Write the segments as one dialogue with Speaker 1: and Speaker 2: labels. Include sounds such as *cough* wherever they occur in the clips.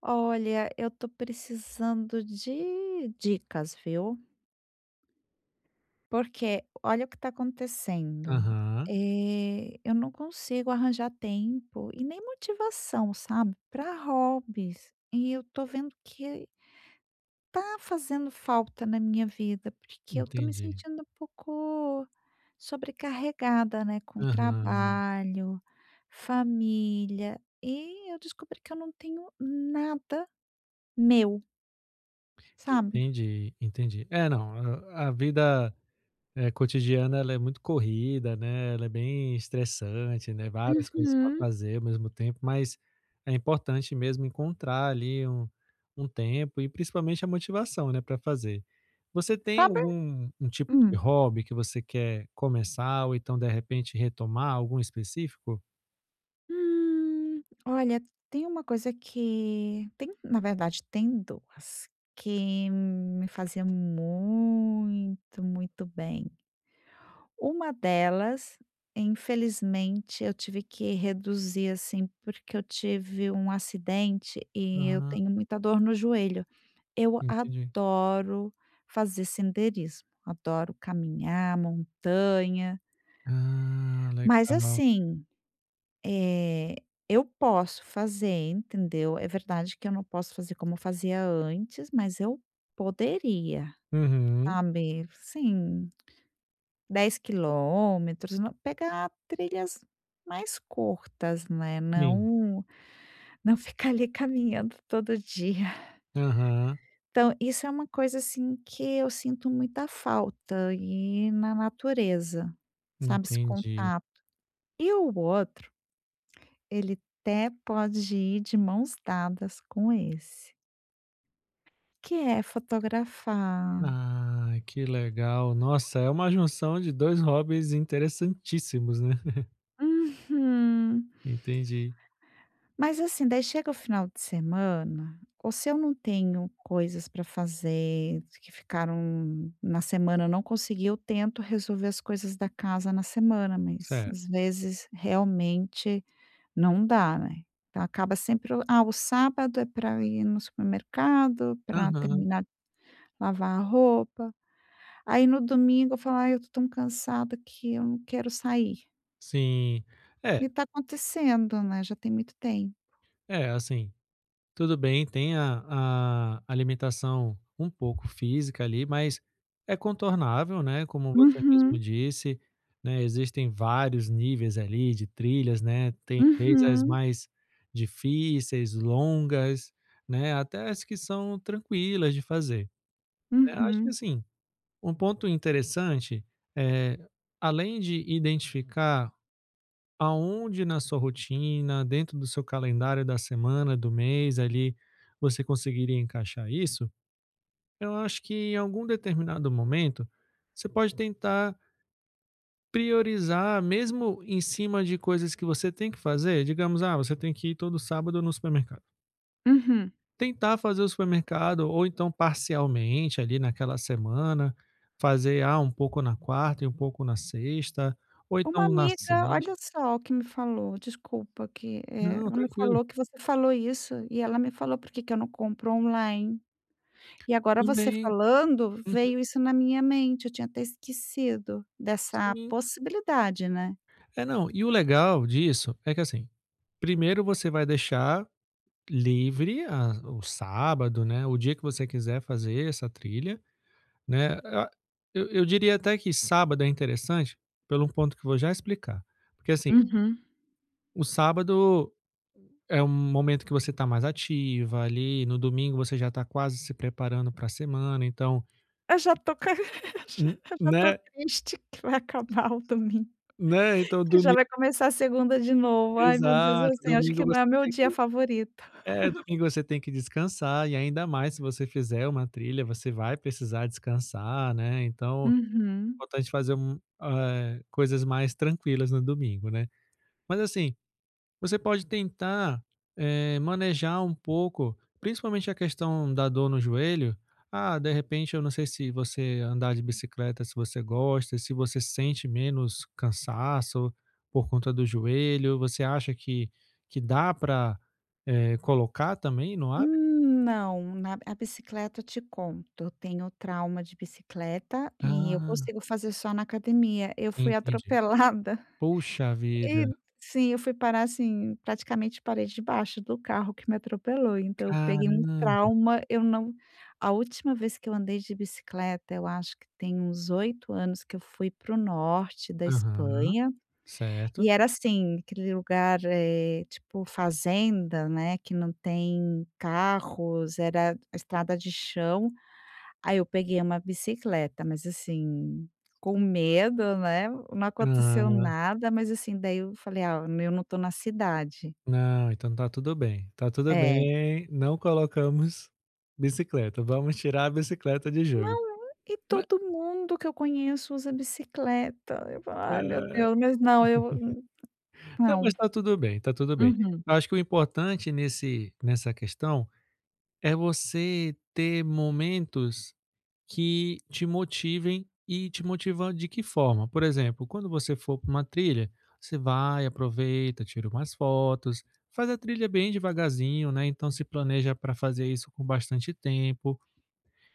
Speaker 1: Olha, eu tô precisando de dicas, viu? Porque olha o que tá acontecendo.
Speaker 2: Aham,
Speaker 1: Eu não consigo arranjar tempo e nem motivação, sabe, para hobbies. E eu tô vendo que tá fazendo falta na minha vida, porque eu tô me
Speaker 2: entendi.
Speaker 1: sentindo um pouco sobrecarregada, né, com
Speaker 2: Aham.
Speaker 1: trabalho, família, e eu descobri que eu não tenho nada meu, sabe?
Speaker 2: Entendi, entendi. É, não, a vida, cotidiana ela é muito corrida, né, ela é bem estressante, né, várias coisas para
Speaker 1: Uhum.
Speaker 2: fazer ao mesmo tempo, mas é importante mesmo encontrar ali um tempo e principalmente a motivação, né, para fazer. Você tem
Speaker 1: Sabe
Speaker 2: algum um tipo de
Speaker 1: hum.
Speaker 2: hobby que você quer começar ou então, de repente, retomar, algum específico?
Speaker 1: Olha, tem uma coisa que tem na verdade tem 2 que me fazia muito, muito bem. Uma delas, infelizmente, eu tive que reduzir, assim, porque eu tive um acidente e eu
Speaker 2: Ah,
Speaker 1: tenho muita dor no joelho. Eu
Speaker 2: entendi.
Speaker 1: adoro fazer senderismo, adoro caminhar, montanha,
Speaker 2: Ah,
Speaker 1: mas
Speaker 2: legal.
Speaker 1: assim Eh, eu posso fazer, entendeu? É verdade que eu não posso fazer como eu fazia antes, mas eu poderia,
Speaker 2: Uhum.
Speaker 1: sabe? Sim, 10 km, não- pegar trilhas mais curtas, né?
Speaker 2: Sim.
Speaker 1: Não, *laughs* não ficar ali caminhando todo dia.
Speaker 2: Aham,
Speaker 1: Então, isso é uma coisa assim que eu sinto muita falta e na natureza, sabe? Esse
Speaker 2: entendi.
Speaker 1: contato. E o outro ele até pode ir de mãos dadas com esse, que é fotografar.
Speaker 2: Ah, que legal. Nossa, é uma junção de 2 hobbies interessantíssimos, né. *laughs*
Speaker 1: Uhum.
Speaker 2: Entendi.
Speaker 1: Mas assim, daí chega o final de semana, ou se eu não tenho coisas para fazer que ficaram na semana, eu não consegui, eu tento resolver as coisas da casa na semana, mas
Speaker 2: Certo.
Speaker 1: às vezes realmente não dá, né? Então acaba sempre, o- ah, o sábado é para ir no supermercado, para
Speaker 2: Aham.
Speaker 1: terminar de lavar a roupa. Aí no domingo eu falo: "Ai, eu tô tão cansada que eu não quero sair".
Speaker 2: Sim. É,
Speaker 1: E tá acontecendo, né, já tem muito tempo.
Speaker 2: assim, tudo bem, tem a alimentação um pouco física ali, mas é contornável, né, como você mesmo
Speaker 1: Uhum,
Speaker 2: disse, né, existem vários níveis ali de trilhas, né, tem desde as
Speaker 1: uhum,
Speaker 2: mais difíceis, longas, né, até as que são tranquilas de fazer, né. Acho que
Speaker 1: uhum,
Speaker 2: assim, um ponto interessante, é além de identificar aonde na sua rotina, dentro do seu calendário da semana, do mês ali, você conseguiria encaixar isso. Eu acho que em algum determinado momento, você pode tentar priorizar mesmo em cima de coisas que você tem que fazer, digamos, ah, você tem que ir todo sábado no supermercado.
Speaker 1: uhum.
Speaker 2: Tentar fazer o supermercado ou então parcialmente ali naquela semana, fazer, ah, um pouco na quarta e um pouco na sexta, ou
Speaker 1: Uma
Speaker 2: então na
Speaker 1: amiga,
Speaker 2: sexta.
Speaker 1: olha só o que me falou, desculpa que,
Speaker 2: Não,
Speaker 1: ela me
Speaker 2: tranquilo.
Speaker 1: falou que você falou isso e ela me falou: "Por que que eu não compro online?". E agora você
Speaker 2: Também.
Speaker 1: falando,
Speaker 2: Uhum.
Speaker 1: veio isso na minha mente, eu tinha até esquecido dessa
Speaker 2: Sim.
Speaker 1: possibilidade, né.
Speaker 2: É, não, e o legal disso é que, assim, primeiro você vai deixar livre a o sábado, né, o dia que você quiser fazer essa trilha, né. A eu diria até que sábado é interessante pelo um ponto que eu vou já explicar, porque, assim,
Speaker 1: Uhum.
Speaker 2: o sábado é um momento que você está mais ativa ali, no domingo você já está quase se preparando para a semana, então,
Speaker 1: Eu já tô ca *laughs*
Speaker 2: n
Speaker 1: eu já
Speaker 2: né,
Speaker 1: tô triste que vai acabar o domingo,
Speaker 2: né, então
Speaker 1: que já
Speaker 2: domingo
Speaker 1: vai começar a segunda de novo. Ai, meu Deus, é
Speaker 2: exato,
Speaker 1: assim, acho
Speaker 2: domingo
Speaker 1: que não
Speaker 2: você
Speaker 1: é meu
Speaker 2: tem que
Speaker 1: dia favorito.
Speaker 2: Domingo você tem que descansar e ainda mais se você fizer uma trilha, você vai precisar descansar, né, então, é
Speaker 1: Uhum.
Speaker 2: importante fazer coisas mais tranquilas no domingo, né. Mas assim, você pode tentar, manejar um pouco, principalmente a questão da dor no joelho. Ah, de repente eu não sei se você andar de bicicleta, se você gosta, se você sente menos cansaço por conta do joelho, você acha que dá para colocar também no
Speaker 1: Não, na a bicicleta eu te conto, eu tenho trauma de bicicleta e eu
Speaker 2: ah,
Speaker 1: consigo fazer só na academia. Eu fui
Speaker 2: entendi.
Speaker 1: atropelada
Speaker 2: Poxa vida,
Speaker 1: e sim, eu fui parar, assim, praticamente parede de baixo do carro que me atropelou, então eu peguei um
Speaker 2: caramba.
Speaker 1: trauma, eu não a última vez que eu andei de bicicleta, eu acho que tem uns 8 anos que eu fui para o norte da
Speaker 2: Aham,
Speaker 1: Espanha,
Speaker 2: certo.
Speaker 1: e era assim, aquele lugar, tipo fazenda, né, que não tem carros, era estrada de chão. Aí eu peguei uma bicicleta, mas assim, com medo, né, não aconteceu
Speaker 2: Ah,
Speaker 1: nada, mas assim, daí eu falei: "Ah, eu não tô na cidade".
Speaker 2: não, então tá tudo
Speaker 1: É.
Speaker 2: bem, não colocamos bicicleta, vamos tirar a bicicleta de jogo.
Speaker 1: Não, e
Speaker 2: Ma
Speaker 1: todo mundo que eu conheço usa bicicleta. Eu falo: "Ai, meu
Speaker 2: Ah,
Speaker 1: Deus", mas não, eu
Speaker 2: não,
Speaker 1: não.
Speaker 2: mas tá tudo bem, tá tudo bem.
Speaker 1: Uhum.
Speaker 2: Eu acho que o importante nesse nessa questão é você ter momentos que te motivem e te motivam de que forma? Por exemplo, quando você for para uma trilha, você vai, aproveita, tira umas fotos, faz a trilha bem devagarzinho, né? Então se planeja para fazer isso com bastante tempo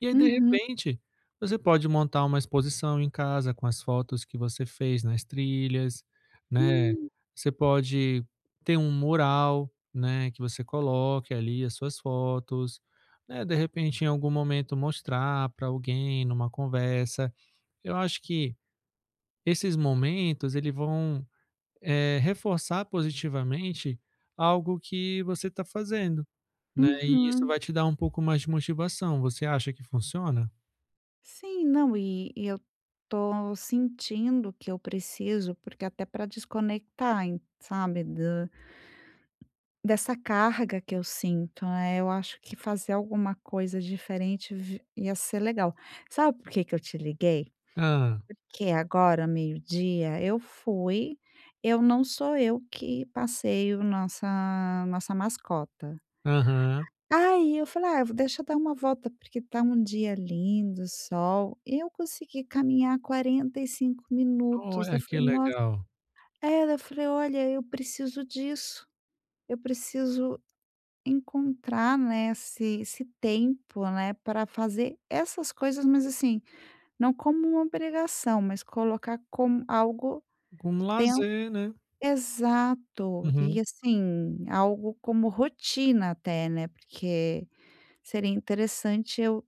Speaker 2: e aí, de
Speaker 1: Uhum.
Speaker 2: repente, você pode montar uma exposição em casa com as fotos que você fez nas trilhas, né.
Speaker 1: Hum.
Speaker 2: Você pode ter um mural, né, que você coloque ali as suas fotos, né, de repente, em algum momento mostrar para alguém numa conversa. Eu acho que esses momentos ele vão, reforçar positivamente algo que você está fazendo, né, e isso
Speaker 1: Uhum.
Speaker 2: vai te dar um pouco mais de motivação. Você acha que funciona?
Speaker 1: Sim, não, e eu tô sentindo que eu preciso, porque até para desconectar, em- sabe, dessa carga que eu sinto, né, eu acho que fazer alguma coisa diferente vi ia ser legal. Sabe por que que eu te liguei?
Speaker 2: Hã.
Speaker 1: Porque agora, meio-dia, eu não sou eu que passeio nossa mascota.
Speaker 2: Aham.
Speaker 1: Aí eu falei: "Ah, eu vou deixa eu dar uma volta, porque tá um dia lindo, sol". E eu consegui caminhar 45 minutos,
Speaker 2: Olha,
Speaker 1: daí eu
Speaker 2: que
Speaker 1: falei: "Nossa",
Speaker 2: legal.
Speaker 1: é, daí eu falei: "Olha, eu preciso disso, eu preciso encontrar, né, esse tempo, né, para fazer essas coisas, mas assim, não como uma obrigação, mas colocar como algo
Speaker 2: Um
Speaker 1: dentro",
Speaker 2: lazer, né.
Speaker 1: exato.
Speaker 2: Uhum.
Speaker 1: E assim, algo como rotina até, né, porque seria interessante eu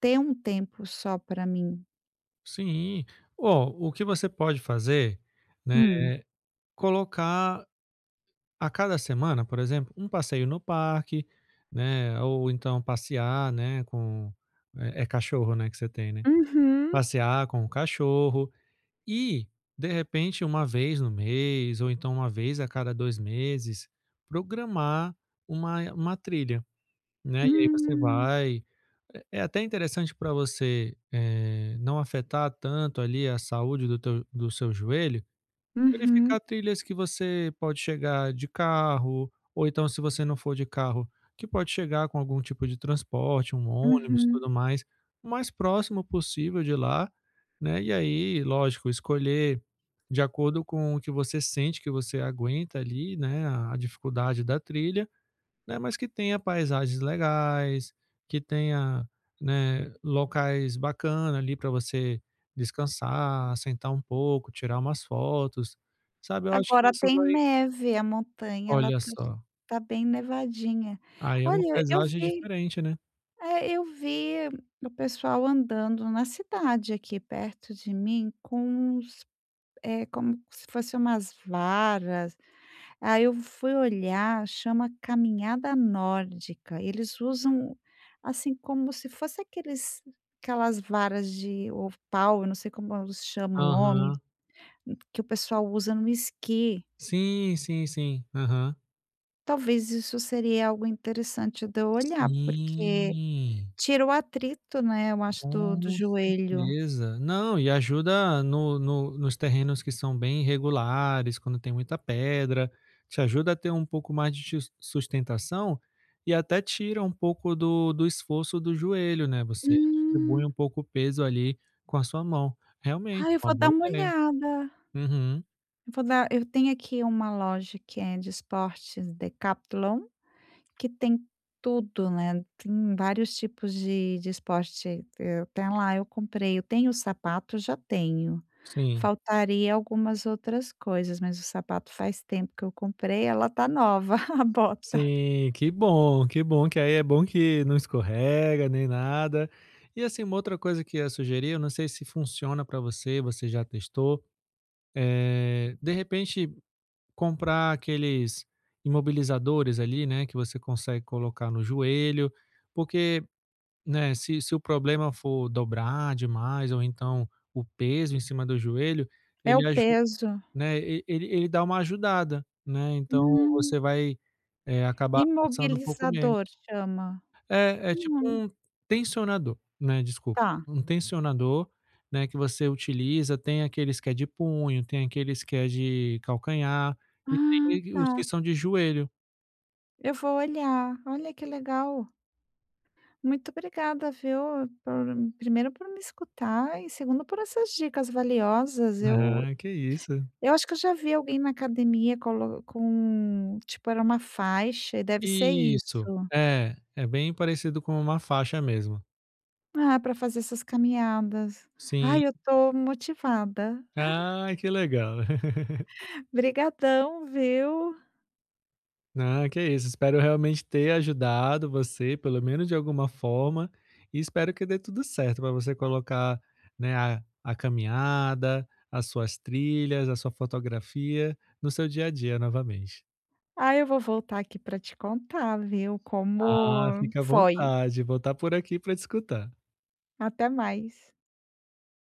Speaker 1: ter um tempo só para mim.
Speaker 2: Sim. Ó, o que você pode fazer, né,
Speaker 1: Hum.
Speaker 2: colocar a cada semana, por exemplo, um passeio no parque, né, ou então passear, né, com é cachorro, né, que você tem, né.
Speaker 1: Uhum.
Speaker 2: Passear com o cachorro e, de repente, uma vez no mês ou então uma vez a cada 2 meses, programar uma trilha. Né, e aí você
Speaker 1: Hum.
Speaker 2: vai é até interessante para você, não afetar tanto ali a saúde do teu do seu joelho, verificar
Speaker 1: Uhum,
Speaker 2: trilhas que você pode chegar de carro, ou então se você não for de carro, que pode chegar com algum tipo de transporte, um ônibus e tudo
Speaker 1: uhum.
Speaker 2: mais, o mais próximo possível de lá, né, e aí lógico, escolher de acordo com o que você sente que você aguenta ali, né, a dificuldade da trilha, né, mas que tenha paisagens legais, que tenha, né, locais bacana ali para você descansar, sentar um pouco, tirar umas fotos, sabe, eu acho que
Speaker 1: Agora
Speaker 2: isso
Speaker 1: tem
Speaker 2: vai
Speaker 1: neve, a montanha ela
Speaker 2: olha
Speaker 1: tá
Speaker 2: só,
Speaker 1: tá bem nevadinha.
Speaker 2: aí é uma
Speaker 1: Olha, eu
Speaker 2: paisagem
Speaker 1: vi
Speaker 2: diferente, né.
Speaker 1: é, eu vi o pessoal andando na cidade aqui perto de mim com uns, como se fossem umas varas. Aí eu fui olhar, chama caminhada nórdica. Eles usam, assim, como se fosse aqueles aquelas varas de ou pau, eu não sei como eles chamam o nome,
Speaker 2: Aham.
Speaker 1: que o pessoal usa no esqui.
Speaker 2: Sim, sim, sim. Aham.
Speaker 1: Talvez isso seria algo interessante de eu olhar, porque
Speaker 2: Sim.
Speaker 1: tira o atrito, né, eu acho, do
Speaker 2: Com
Speaker 1: joelho.
Speaker 2: certeza. Não, e ajuda no no nos terrenos que são bem irregulares, quando tem muita pedra, te ajuda a ter um pouco mais de sustentação e até tira um pouco do esforço do joelho, né, você distribui
Speaker 1: Hum.
Speaker 2: um pouco o peso ali com a sua mão. Realmente,
Speaker 1: Ai, eu
Speaker 2: uma
Speaker 1: vou dar
Speaker 2: boa
Speaker 1: uma
Speaker 2: ideia.
Speaker 1: olhada.
Speaker 2: Uhum.
Speaker 1: Eu vou dar eu tenho aqui uma loja que é de esportes, Decathlon, que tem tudo, né, tem vários tipos de esporte, eu até lá eu comprei. Eu tenho o sapato, já tenho.
Speaker 2: Sim.
Speaker 1: Faltaria algumas outras coisas, mas o sapato faz tempo que eu comprei, ela tá nova, *laughs* a bota.
Speaker 2: Sim, que bom, que bom que aí é bom que não escorrega nem nada. E assim, uma outra coisa que eu ia sugerir, eu não sei se funciona para você, você já testou, de repente, comprar aqueles imobilizadores ali, né, que você consegue colocar no joelho, porque, né, se o problema for dobrar demais ou então o peso em cima do joelho,
Speaker 1: É o
Speaker 2: ele ajuda,
Speaker 1: peso.
Speaker 2: né, ele, ele dá uma ajudada, né? Então
Speaker 1: Hum.
Speaker 2: você vai acabar forçando um pouco
Speaker 1: Imobilizador
Speaker 2: menos.
Speaker 1: chama.
Speaker 2: É, é tipo
Speaker 1: Hum,
Speaker 2: um tensionador, né, desculpa,
Speaker 1: tá.
Speaker 2: um tensionador, né, que você utiliza, tem aqueles que é de punho, tem aqueles que é de calcanhar, e
Speaker 1: Ah,
Speaker 2: tem os que
Speaker 1: tá.
Speaker 2: são de joelho.
Speaker 1: Eu vou olhar. Olha que legal. Muito obrigada, viu, por primeiro por me escutar e segundo por essas dicas valiosas.
Speaker 2: Ah, que isso.
Speaker 1: Eu acho que eu já vi alguém na academia colo com tipo, era uma faixa e deve ser isso.
Speaker 2: Isso, é, é bem parecido com uma faixa mesmo.
Speaker 1: Ah, para fazer essas caminhadas.
Speaker 2: Sim.
Speaker 1: Ai, eu tô motivada.
Speaker 2: Ah, que legal. *laughs*
Speaker 1: Obrigadão, viu.
Speaker 2: Ah, que isso. Espero realmente ter ajudado você, pelo menos de alguma forma, e espero que dê tudo certo para você colocar, né, a caminhada, as suas trilhas, a sua fotografia no seu dia a dia novamente.
Speaker 1: Ah, eu vou voltar aqui para te contar, viu,
Speaker 2: Ah,
Speaker 1: como
Speaker 2: fica à
Speaker 1: foi.
Speaker 2: vontade. Vou estar por aqui para te escutar.
Speaker 1: Até mais.